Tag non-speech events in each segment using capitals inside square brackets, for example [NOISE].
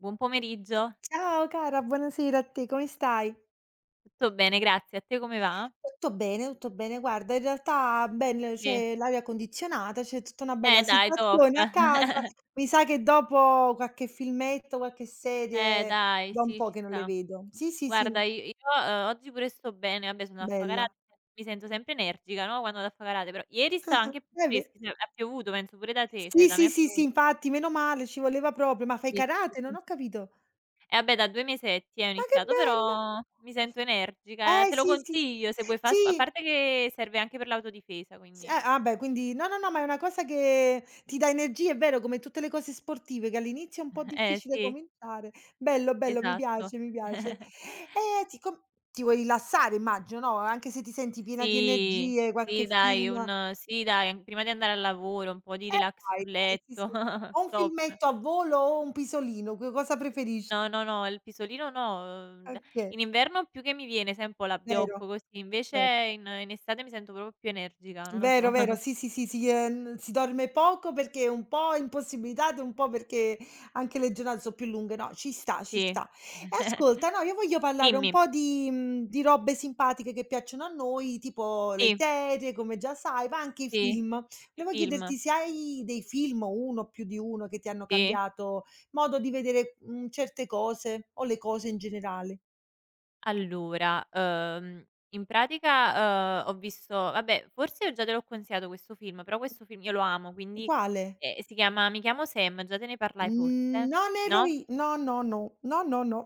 Buon pomeriggio. Ciao cara, buonasera a te, come stai? Tutto bene, grazie. A te come va? Tutto bene, tutto bene. Guarda, in realtà bel Sì. c'è l'aria condizionata, c'è tutta una bella Dai, top. situazione a casa. [LAUGHS] Mi sa che dopo qualche filmetto, qualche serie, dai, da un sì, po' ci che non le sta. vedo. Sì, sì, sì, Guarda oggi pure sto bene, vabbè sono affogarata, bella. mi sento sempre energica, no, quando vado affogarata, però ieri stava anche più Eh beh. fresca, cioè ha piovuto penso pure da te, cioè Sì, da me sì, ha sì, sì, piovuto. infatti, meno male, ci voleva proprio. Ma fai Sì, sì, sì, karate? Non sì. ho capito. E vabbè da 2 mesetti ho Ma che iniziato, bello! però mi sento energica. Te lo Sì, sì. consiglio se vuoi fa spa a Sì. parte che serve anche per l'autodifesa, S quindi eh. Ah beh, quindi no, no, no, ma è una cosa che ti dà energie, è vero, come tutte le cose sportive che all'inizio è un po' [LAUGHS] Eh, difficile sì, cominciare. Bello, bello, mi esatto. piace, mi piace. [LAUGHS] E ti com Ti vuoi rilassare immagino, no, anche se ti senti piena di Sì, energie, qualche sì dai, film. un sì dai, an prima di andare al lavoro, un po' di eh relax Dai, sul dai, sì, sì. letto. [LAUGHS] O un Top. filmetto a volo o un pisolino, che cosa preferisci? No, no, no, il pisolino no, d Okay, in inverno più che mi viene, sai un po' vero, l'abbiocco così, invece vero. in estate mi sento proprio più energica, non lo Vero, so. vero, [LAUGHS] sì, sì, sì, si dorme poco perché un po' impossibilitate, un po' perché anche le giornate so' più lunghe. No, ci sta, ci Sì. sta. E ascolta, no, io voglio parlare un Dimmi. po' di robe simpatiche che piacciono a noi, tipo le Sì, serie, come già sai, ma anche i sì, i film. Volevo film. chiederti se hai dei film, o uno o più di uno, che ti hanno Sì. cambiato modo di vedere, certe cose, o le cose in generale. Allora, in pratica, ho visto vabbè, forse già te l'ho consigliato questo film, però questo film io lo amo, quindi, Quale? Si chiama Mi chiamo Sam, già te ne parlai Mhmm, forse? non ero No? i no, no, no, no, no, no.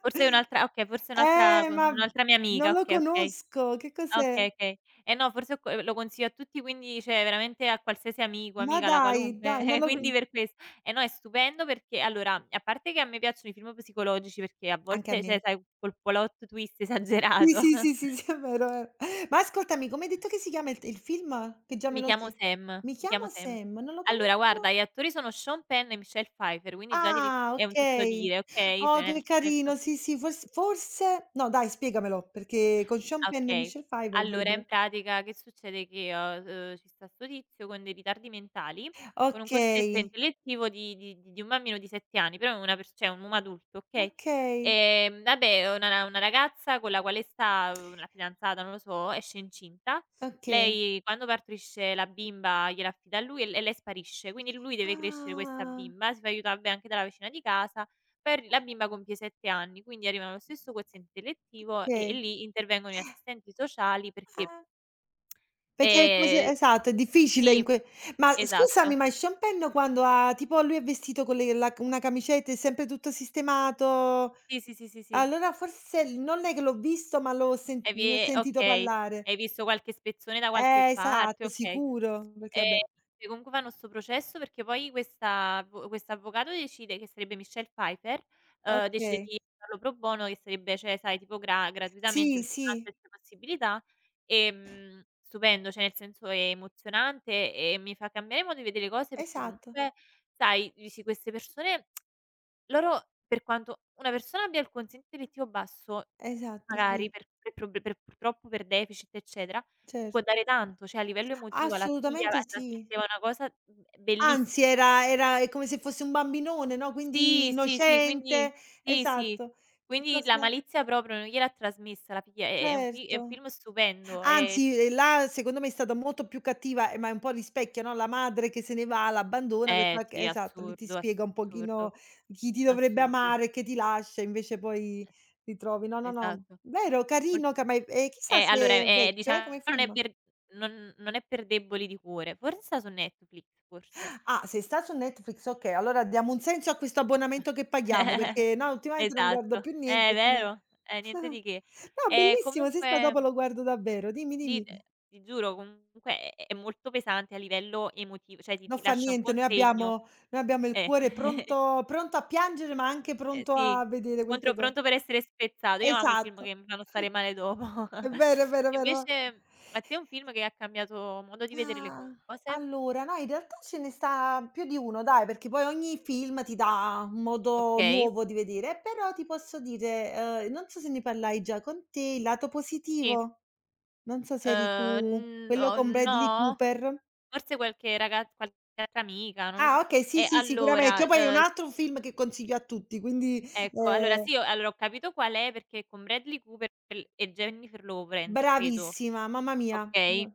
Forse è un'altra okay, [LAUGHS] forse è un'altra co ma un'altra mia non amica, lo okay, okay. conosco, che Ah, cos'è? okay, okay. Eh no, forse ho co lo consiglio a tutti, quindi cioè veramente a qualsiasi amico, Ma amica, la dai, qualunque, dai, non [LAUGHS] lo quindi per ques eh no, è stupendo perché allora, a parte che a me piacciono i film psicologici perché a anche a volte, me. cioè sai, col plot twist [LAUGHS] Sì, esagerato. sì, sì, sì, [LAUGHS] sì, è vero, eh. Ma ascoltami, come hai detto che si chiama il film? Che già me Mi lo chiamo si. Sam, "Mi mi chiamo chiamo Sam. Sam", non lo Allora guarda, conosco? gli attori sono Sean Penn e Michelle Pfeiffer, quindi già ti ri Ah, è un tutto okay. dire, okay, Oh, cioè che nel carino, senso. sì, sì, forse no dai, spiegamelo, perché con Sean Ah, Penn e okay. Michelle Pfeiffer Allora in dovrebbe. pratica che succede che, ci sta 'sto tizio con dei ritardi mentali, con un quoziente Okay, intellettivo di un bambino di 7 anni, però è una pers cioè un uomo adulto, okay. okay, Vabbè una ragazza con la quale sta la fidanzata, non lo so, esce incinta. okay. Lei quando partorisce la bimba gliela affida a lui e l e lei sparisce, quindi lui deve crescere questa Ah, bimba, si fa aiuta vabbè anche dalla vicina di casa per la bimba compie 7 anni, quindi arrivano allo stesso quoziente intellettivo e okay. lì intervengono gli assistenti sociali perché Ah. Perché è come se, ehm esatto, è difficile in sì, que. Ma scusami, esatto. ma il champagne quando ha tipo lui è vestito con le la c una camicetta è sempre tutto sistemato, Sì, sì, sì, sì, sì. allora forse non è che l'ho visto, ma l'ho sen E ne ho vi sentito okay. parlare. Hai visto qualche spezzone da qualche parte, Esatto, okay. sicuro, perché vabbè, Ehm, e comunque fanno 'sto processo perché poi questa avvo quest'avvocato decide che sarebbe Michelle Pfeiffer, decide okay. di farlo pro bono che sarebbe cioè, sai, tipo gra gratuitamente Sì, perché non ha sì, queste possibilità. Stupendo, cioè nel senso è emozionante e mi fa cambiare modo di vedere le cose perché esatto, comunque, sai, dici queste persone loro per quanto una persona abbia il quoziente intellettivo basso. Mh. esatto, sì, Magari per prob per purtroppo per deficit eccetera, può certo. dare tanto, cioè a livello emotivo alla figlia Assolutamente la sì. trasmetteva una cosa, mhmm, bellissima. Anzi, era era è come se fosse un bambinone, no, quindi Sì, innocente, sì, sì. esatto. Che Quindi cosa. la malizia proprio non gliel'ha trasmessa la figlia. È un fi è un Certo. film stupendo, è Anzi, là secondo me è stata molto più cattiva, ma è un po' rispecchia, no, la madre che se ne va, l'abbandona per eh qualche, sì, esatto, lì ti assurdo, spiega un pochino assurdo, chi ti dovrebbe assurdo. amare e che ti lascia, invece poi ti trovi no, no, Es no. esatto. Vero, Mol carino ca ma è e chissà eh, se allora è è vecchio, diciamo come non è film. per non è per deboli di cuore. Forse sta su Netflix, forse. Ah, se sta su Netflix, okay, allora diamo un senso a questo abbonamento che paghiamo, perché no, [LAUGHS] ultimamente non guardo Esatto. più niente, quindi. Vero? Niente [LAUGHS] di che. No, bellissimo, se sta Comunque dopo lo guardo davvero. Dimmi, sì, dimmi. ti giuro comunque è molto pesante a livello emotiv cioè ti Non ti fa lascia un po' niente, un noi segno abbiamo noi abbiamo il eh. cuore [LAUGHS] pronto pronto a piangere, ma anche Eh pronto sì, a vedere queste contro co, pronto per essere spezzato. Io amo i film esatto, che mi fanno stare male dopo. è vero, è [LAUGHS] vero, è E vero. invece a te un film che ha cambiato modo di vedere le Ah, cose? allora no, in realtà ce ne sta più di uno dai, perché poi ogni film ti dà un modo Okay, nuovo di vedere, però ti posso dire, non so se ne parlai già con te, il lato sì. positivo, non so se eri tu, N quello oh, con Bradley no, Cooper. forse qualche raga qualche altra amica, non lo so. Ah okay, sì, E sì, sicuramente. allora, Che poi è un s altro film che consiglio a tutti, quindi. ecco, allora ehm sì, ho allora ho capito qual è perché con Bradley Cooper e Jennifer Lawrence, credo, Bravissima, mamma mia. okay?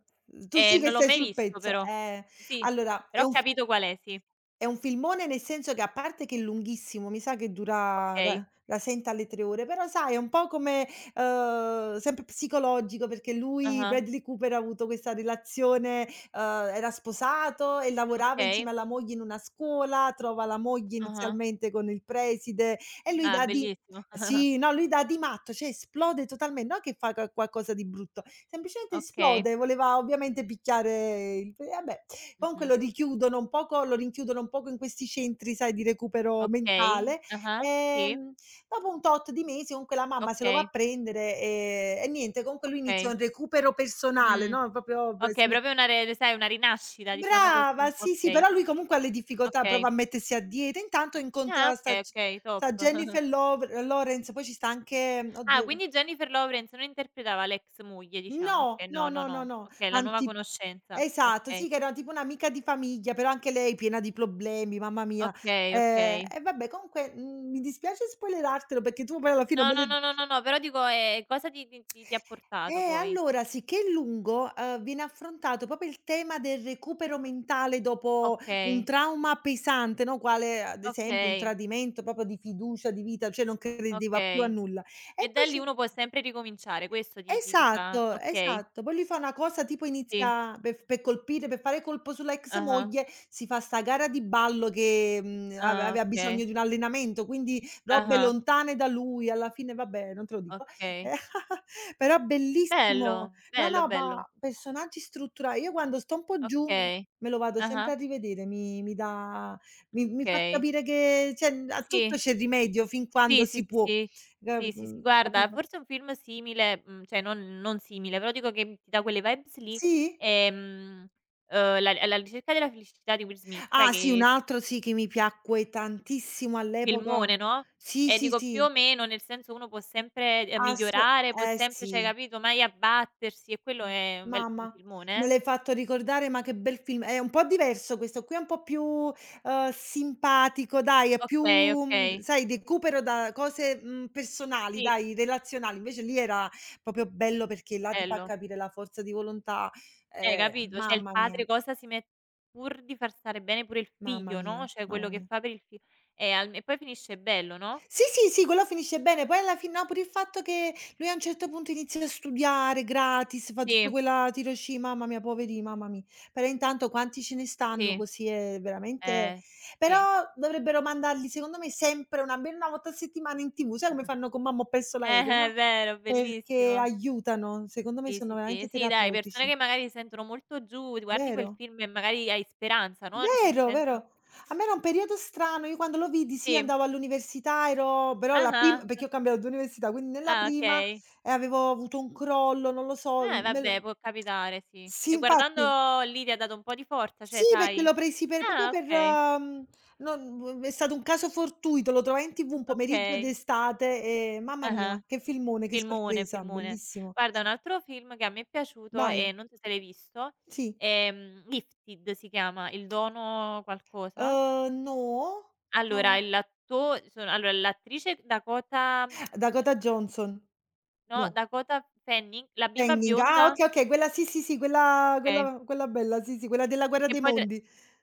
Tu sì che Non l'ho sei mai sul visto pezzo. però. Sì, Allora è però ho un capito qual è, sì. è un filmone nel senso che a parte che è lunghissimo, mi sa che dura Okay. da 7 alle 3 ore, però sai è un po' come, sempre psicologico perché lui Ah-ah, Bradley Cooper ha avuto questa relazione, uhm, era sposato e lavorava insieme okay, alla moglie in una scuola, trova la moglie ah-ah. inizialmente con il preside e lui Ah, dà di. bellissimo. [LAUGHS] Sì, no, lui dà di matto, cioè esplode totalmente, non che fa qualcosa di brutto, semplicemente Okay, esplode, voleva ovviamente picchiare il e vabbè. Comunque mh-mh. lo richiudono un poco lo rinchiudono un poco in questi centri, sai, di recupero Okay, mentale. ah-ah, sì, Ehm, dopo un tot di mesi comunque la mamma se lo va a okay, prendere, e niente, comunque lui inizia okay. un recupero personale, Mh. no, proprio b si Okay, me proprio una re sai, una rinascita diciamo brava, così. sì, sì, Okay, però lui comunque ha le difficoltà, prova a okay. mettersi a dieta, intanto Ah, incontra sta okay, G okay, top. sta [LAUGHS] Jennifer Lov Lawrence, poi ci sta anche, Ah, oddio, quindi Jennifer Lawrence non interpretava l'ex moglie diciamo. no, Okay, no, no, no, no, no, no. no, Okay, la nuova anti conoscenza. esatto, Okay, sì che era tipo un'amica di famiglia, però anche lei piena di problemi, mamma mia. okay, okay. E vabbè comunque, mi dispiace spoilerartelo perché tu poi alla fine No, no, pure, no, no, no, no, però dico, cosa ti ha portato poi? allora sicché è lungo, viene affrontato proprio il tema del recupero mentale dopo un Okay, trauma pesante, no, quale ad esempio un okay, tradimento proprio di fiducia, di vita, cioè non credeva più a okay. nulla. E E da poi lì si. uno può sempre ricominciare, questo ti fa Esatto, okay, esatto. Poi lui fa una cosa tipo sì. inizia per f per colpire, per fare colpo sulla ex Ah-ah. moglie, si fa 'sta gara di ballo che, ave Ah, aveva okay. bisogno di un allenamento, quindi robe Ah-ah, lontane da lui, alla fine vabbè, non te lo dico. Eh, okay. [LAUGHS] però bellissimo. Bello, No, bello, no, bello. ma personaggi struttura io quando sto un po' giù Okay. me lo vado sempre Ah-ah, a rivedere, mi dà, mi fa okay. capire che cioè, a tutto Sì, c'è rimedio fin quando sì, sì, si sì, può. sì. Sì, sì, sì. Guarda, Capito? forse un film simile, mhmm, cioè non non simile, però dico che ti dà quelle vibes lì, Sì? ehm, la Alla ricerca della felicità di Will Smith, sai Ah sì, un che altro sì che mi piacque tantissimo all'epoca, filmone, no, sì, e sì, dico più sì, o meno, nel senso uno può sempre, asso, migliorare, può eh sempre sì, cioè capito, mai abbattersi e quello è un bel un mamma, filmone? me Eh? l'hai fatto ricordare, ma che bel film. È un po' diverso questo qui, è un po' più, simpatico dai, è più, Okay, okay. sai recupero da cose, personali Sì, dai, relazionali, invece lì era proprio bello perché là ti fa bello. capire la forza di volontà, Capito? Cioè il mamma mia, padre cosa si met pur di far stare bene pure il mamma figlio, no, mia, cioè mamma quello che mia. fa per il fi e al e poi finisce bello, no? Sì, sì, sì, quello finisce bene. Poi alla fin no, pure il fatto che lui a un certo punto inizia a studiare gratis, fa tutta Sì, quella tiroci, mamma mia, poveri mamma mi. Però intanto quanti ce ne stanno sì, così è veramente, eh, però sì. dovrebbero mandarli secondo me sempre una almeno una volta a settimana in TV, sai come fanno con Mamma ho perso [LAUGHS] l'aereo, Eh, no, è vero, perché bellissimo. aiutano, secondo me Sì, sono sì, veramente sì, sì dai, persone terapeutici, che magari si sentono molto giù, ti guardi quel vero? film e magari hai speranza, no, dice nel Vero, senso vero. A me era un periodo strano, io quando lo vidi sì sì, andavo all'università, ero però la ah-ah, prim perché ho cambiato 2 università, quindi nella ah prima, okay. Avevo avuto un crollo, non lo so, me lo Vabbè può capitare, sì. sì, E infatti. guardando lì ti ha dato un po' di forza, Sì, cioè perché sai? l'ho presi per proprio Ah per okay, mhmm, non è stato un caso fortuito, lo trovai in TV un pomeriggio okay. d'estate e mamma mia, Ah-ah. che filmone, che Filmone, sorpresa, filmone. bellissimo. Guarda un altro film che a me è piaciuto Vai, e non so se l'hai visto, sì. Gifted si chiama, Il dono qualcosa. No, Allora no. il l'atto sono allora l'attrice Dakota mm, Dakota Johnson, no, no. Dakota Fanning, la bimba Hanging. bionda Ah, okay, okay, quella sì, sì, sì, quella okay, quella quella bella, sì, sì, quella della guerra che dei poi tra mondi.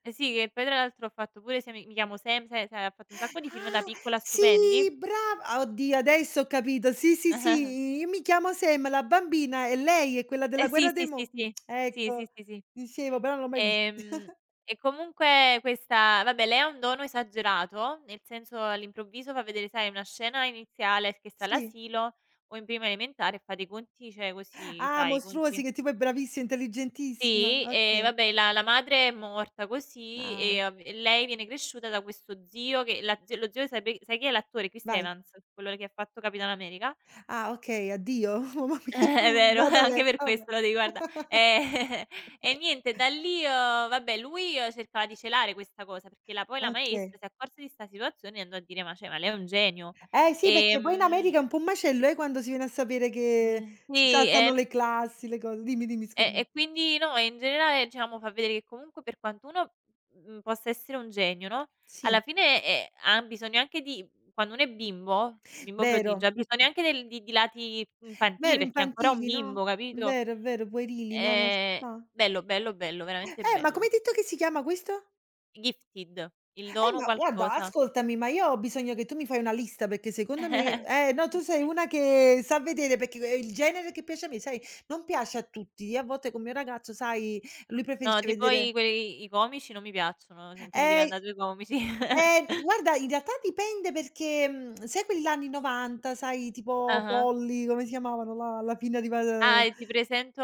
eh sì, che poi tra l'altro ho fatto pure "Se mi mi chiamo Sam", sai ha fatto un sacco di film da Ah, piccola sì, stupendi. brava! Oddio, adesso ho capito. Sì, sì, [LAUGHS] sì, "Io mi chiamo Sam, la bambina e lei è quella della Eh sì, guerra dei sì, sì, mon", sì. Sì, ecco, sì, sì, sì. dicevo, però non l'ho mai vista. Ehm, [LAUGHS] e comunque questa vabbè lei ha un dono esagerato, nel senso all'improvviso fa vedere, sai, una scena iniziale che sta Sì. all'asilo o in prima elementare e fa dei conti, cioè così, Ah, sai, i conti mostruosi, che tipo è bravissima, intelligentissima. sì, e Okay. vabbè la madre è morta così Ah, e av e lei viene cresciuta da questo zio che la z lo zio sape sai chi è l'attore? Chris vai. Evans, quello che ha fatto Capitan America. Ah, okay, addio. [LAUGHS] Mamma Eh, mia, È vero, vada [LAUGHS] lei, anche per vabbè. questo lo devi guarda [LAUGHS] ehm. [LAUGHS] E niente da lì, vabbè lui cercava di celare questa cosa, perché la poi la maestra Okay. si è accorta di 'sta situazione e andò a dire: "Ma cioè, ma lei è un genio". Eh sì, perché poi in Ehm, America è un po' un macello, quando si viene a sapere che si sì, saltano le classi, le cose. Dimmi, dimmi, e scusa. e quindi no, e in generale diciamo fa vedere che comunque per quanto uno, mhmm, possa essere un genio, no, Sì, alla fine, ha bisogno anche di quando uno è bimbo, bimbo prodigio, vero. ha bisogno anche del di lati infantili, Vero, perché è ancora un infantili, no, bimbo, capito? vero, è vero, puerili, no, no, ci Ehm, sta. Bello, bello, bello, veramente Ma come bello. hai detto che si chiama questo? Gifted, il dono Ma guarda, qualcosa. ascoltami, ma io ho bisogno che tu mi fai una lista, perché secondo me no, tu [LAUGHS] sei una che sa vedere, perché, il genere che piace a me, sai, non piace a tutti. Io a volte con mio ragazzo, sai, lui No, preferisce tipo vedere, i quei i comici non mi piacciono, te te ne devi eh. andà sui comici. [LAUGHS] Guarda, in realtà dipende perché, sai quelli là anni '90, sai, tipo Ah-ah. Polly, come si chiamavano là, la pinna di pa, Ah, e ti presento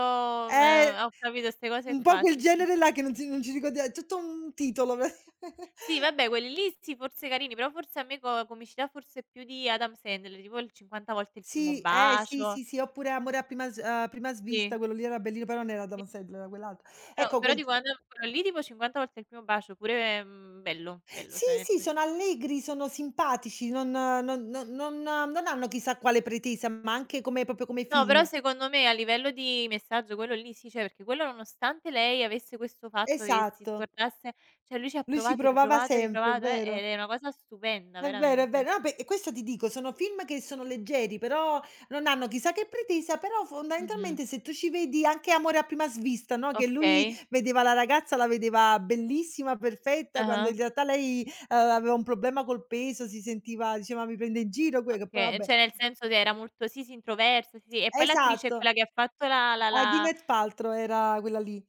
eh, ho capito 'ste cose un po' qua, quel sì, sì. genere là che non si non ci ricordia è tutto un titolo [LAUGHS] pratica. Sì, vabbè quelli lì sì, forse carini, però forse a me co comicità forse più di Adam Sandler, tipo il 50 volte il primo Sì, sì, bacio, sì, sì, oppure Amore a prima s vista, sì. quello lì era bellino, però non era Adam Sandler, era quell'altro. Però Ecco però quel dico Adam quello lì tipo 50 volte il primo bacio pure, mhmm, bello, bello, sì, cioè nel sì, sen sono allegri, sono simpatici, non hanno chissà quale pretesa, ma anche come proprio come no, però film. secondo me a livello di messaggio quello lì sì, cioè perché quello nonostante lei avesse questo fatto che si Esatto. scordasse cioè lui ci ha Lui ci provato, provava riprovato, sempre, è riprovato, vero. ed è una cosa stupenda È vero, è veramente. vero. No, pe e questo ti dico, sono film che sono leggeri, però non hanno chissà che pretesa, però Mh-mh. fondamentalmente se tu ci vedi anche Amore a prima svista, no, che lui Okay. vedeva la ragazza, la vedeva bellissima, perfetta, quando Ah-ah, in realtà lei, aveva un problema col peso, si sentiva diceva: "Mi prende in giro que", che poi okay. vabbè, Cioè nel senso che era molto sì, sì, introversa, sì, sì, e poi l'attrice è esatto, quella che ha fatto la la a la Gwyneth Paltrow era quella lì.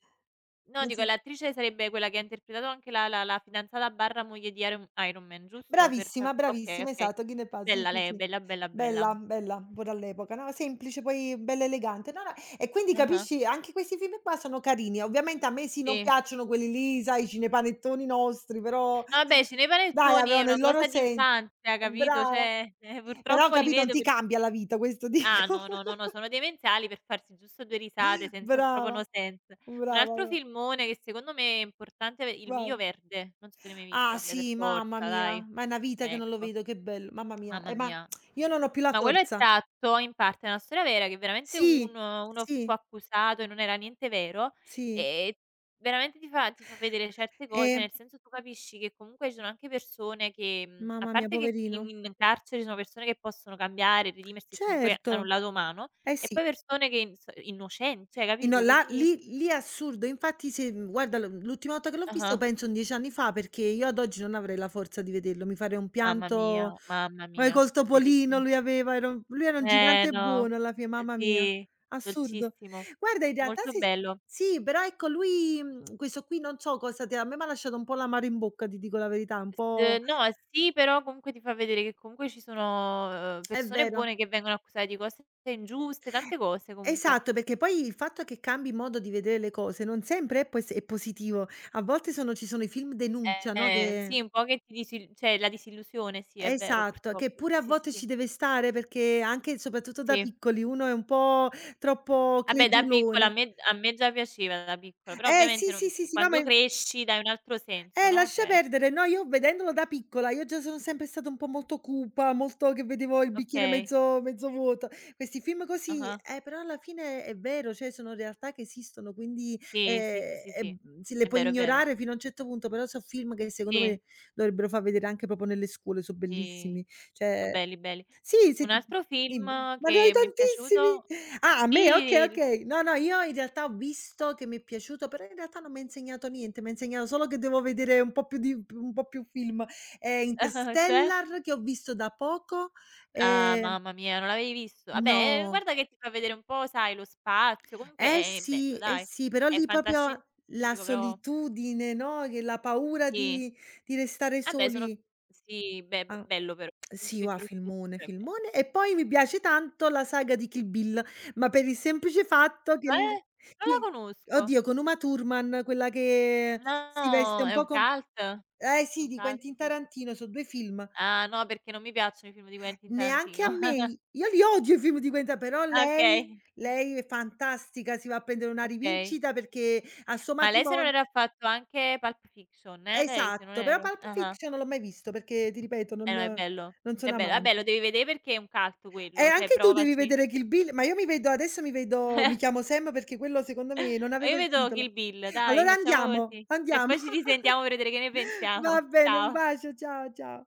no Non dico so. l'attrice sarebbe quella che ha interpretato anche la fidanzata barra moglie di Iron Man, giusto? Per Bravissima, cap okay, bravissima, okay. esatto, Guinea Paz, sì, Bella sì, lei, sì. bella, bella, Bella, bella. bella pure all'epoca, no, semplice, poi bella elegante. No, no, e quindi Ah-ah, capisci anche questi film qua sono carini. Ovviamente a me sì, non sì. piacciono quelli lì, sai, cinepanettoni nostri, però No vabbè, ci sono i dai panettoni è avevano una il loro cosa sen, d'infanzia, capito, brava, cioè, [LAUGHS] però purtroppo li capì, non vedo ti perché cambia la vita, questo ah dico. no, no, no, no, [LAUGHS] sono demenziali per farsi giusto 2 risate senza proprio Brava, no senso. Un brava, altro bra, filmone che secondo me è importante è Il miglio vai. verde, non so se l'hai mai Ah visto. Vabbè per sì, mamma forza mia, dai. ma è una vita che non lo Ecco, vedo, che bello, mamma mia. mamma Ma mia. io non ho più la Ma quello è forza. tratto in parte da una storia vera che veramente Sì, uno fu sì, accusato e non era niente vero, sì. ehm, veramente ti fa vedere certe cose, E nel senso tu capisci che comunque ci sono anche persone che, mhmm, a mamma mia, parte che in poverino. in carcere ci sono persone che possono cambiare, redimersi e comunque hanno Certo, un lato umano, eh e sì. poi persone che ins innocenti, cioè E no, capito? là Quindi lì lì è assurdo. Infatti se, guarda l'ultima volta che l'ho visto ah-ah, penso 10 anni fa, perché io ad oggi non avrei la forza di vederlo, mi farei un pianto, mamma poi mia, col topolino bellissimo. lui aveva era un lui era un Eh gigante no, buono alla fine, eh mamma mia, sì, assurdo. dolcissimo, Guarda in realtà molto sì, s, bello. sì, però ecco lui, questo qui non so cosa ti ha, a me m'ha lasciato un po' l'amaro in bocca, ti dico la verità, un S po', no, sì, però comunque ti fa vedere che comunque ci sono, è persone vero. buone che vengono accusate di cose ingiuste, tante cose comunque. Esatto, perché poi il fatto che cambi modo di vedere le cose non sempre è pos è positivo. A volte sono ci sono i film denuncia, no, che, Sì, un po' che ti disil cioè la disillusione, sì, è vero esatto, che purtroppo. pure Sì, a sì, sì, volte sì. ci deve stare perché anche e soprattutto da Sì. piccoli uno è un po' troppo Vabbè da piccola credulone. A me già piaceva da piccola, però Eh sì, ovviamente sì, non sì, sì, no, ma quando in. cresci dai un altro senso, no, Lascia cioè perdere. No, io vedendolo da piccola, io già sono sempre stata un po' molto cupa, molto che vedevo il bicchiere okay. mezzo vuoto. Questi film così, Ah-ah. Però alla fine è vero, cioè sono realtà che esistono, quindi, Sì, sì, sì, sì, e sì. Sì, le È puoi vero, è vero. ignorare fino a un certo punto, però so' film che secondo Sì, me dovrebbero far vedere anche proprio nelle scuole, so' sì. bellissimi. Cioè Belli, belli. sì, se Un ti altro dimmi. film Ma ne hai che mi è tantissimi? piaciuto Ah, a me? Okay, sì, il okay. No, no, io in realtà ho visto che mi è piaciuto, però in realtà non m'ha insegnato niente, m'ha insegnato solo che devo vedere un po' più di p un po' più film. [LAUGHS] Cioè? Interstellar che ho visto da poco, Ah, ehm mamma mia, non l'avevi visto? Vabbè, no. guarda che ti fa vedere un po', sai, lo spazio, comunque è Sì, bello eh dai. sì, però È lì proprio la fantascientifico però solitudine, no, che la paura sì. Di restare Vabbè sono soli. sì, be Ah. bello però, [UNINTELLIGIBLE] Sì, più gua introspettivo filmone, è bello. filmone. E poi mi piace tanto la saga di Kill Bill, ma per il semplice fatto che l Eh? Non la chi conosco. oddio, con Uma Thurman, quella che si veste No, un è po' un com cult? È eh sì, un di cult, Quentin sì. Tarantino, so' 2 film. Ah, no, perché non mi piacciono i film di Quentin Neanche a Tarantino. me i [LAUGHS] io li odio i film di Quentin, però Ah, lei okay. lei è fantastica, si va a prendere una Okay. rivincita perché al suo Ma lei se non matrimonio, era fatto anche Pulp Fiction, lei se non esatto, però erro. Pulp Ah-ah. Fiction non l'ho mai visto perché ti ripeto non Eh no, è bello. non È sono bello. Vabbè, amante. lo devi vedere perché è un cult quello, cioè Anche tu devi provaci. vedere Kill Bill, ma io mi vedo adesso mi vedo Mi chiamo Sam perché quello secondo me [LAUGHS] non avevo Io il vedo Kill titolo. Bill, dai, Allora facciamo andiamo, così. E andiamo. poi ci [LAUGHS] risentiamo per vedere che ne Va pensiamo. bene, un Ciao. bacio, ciao, ciao.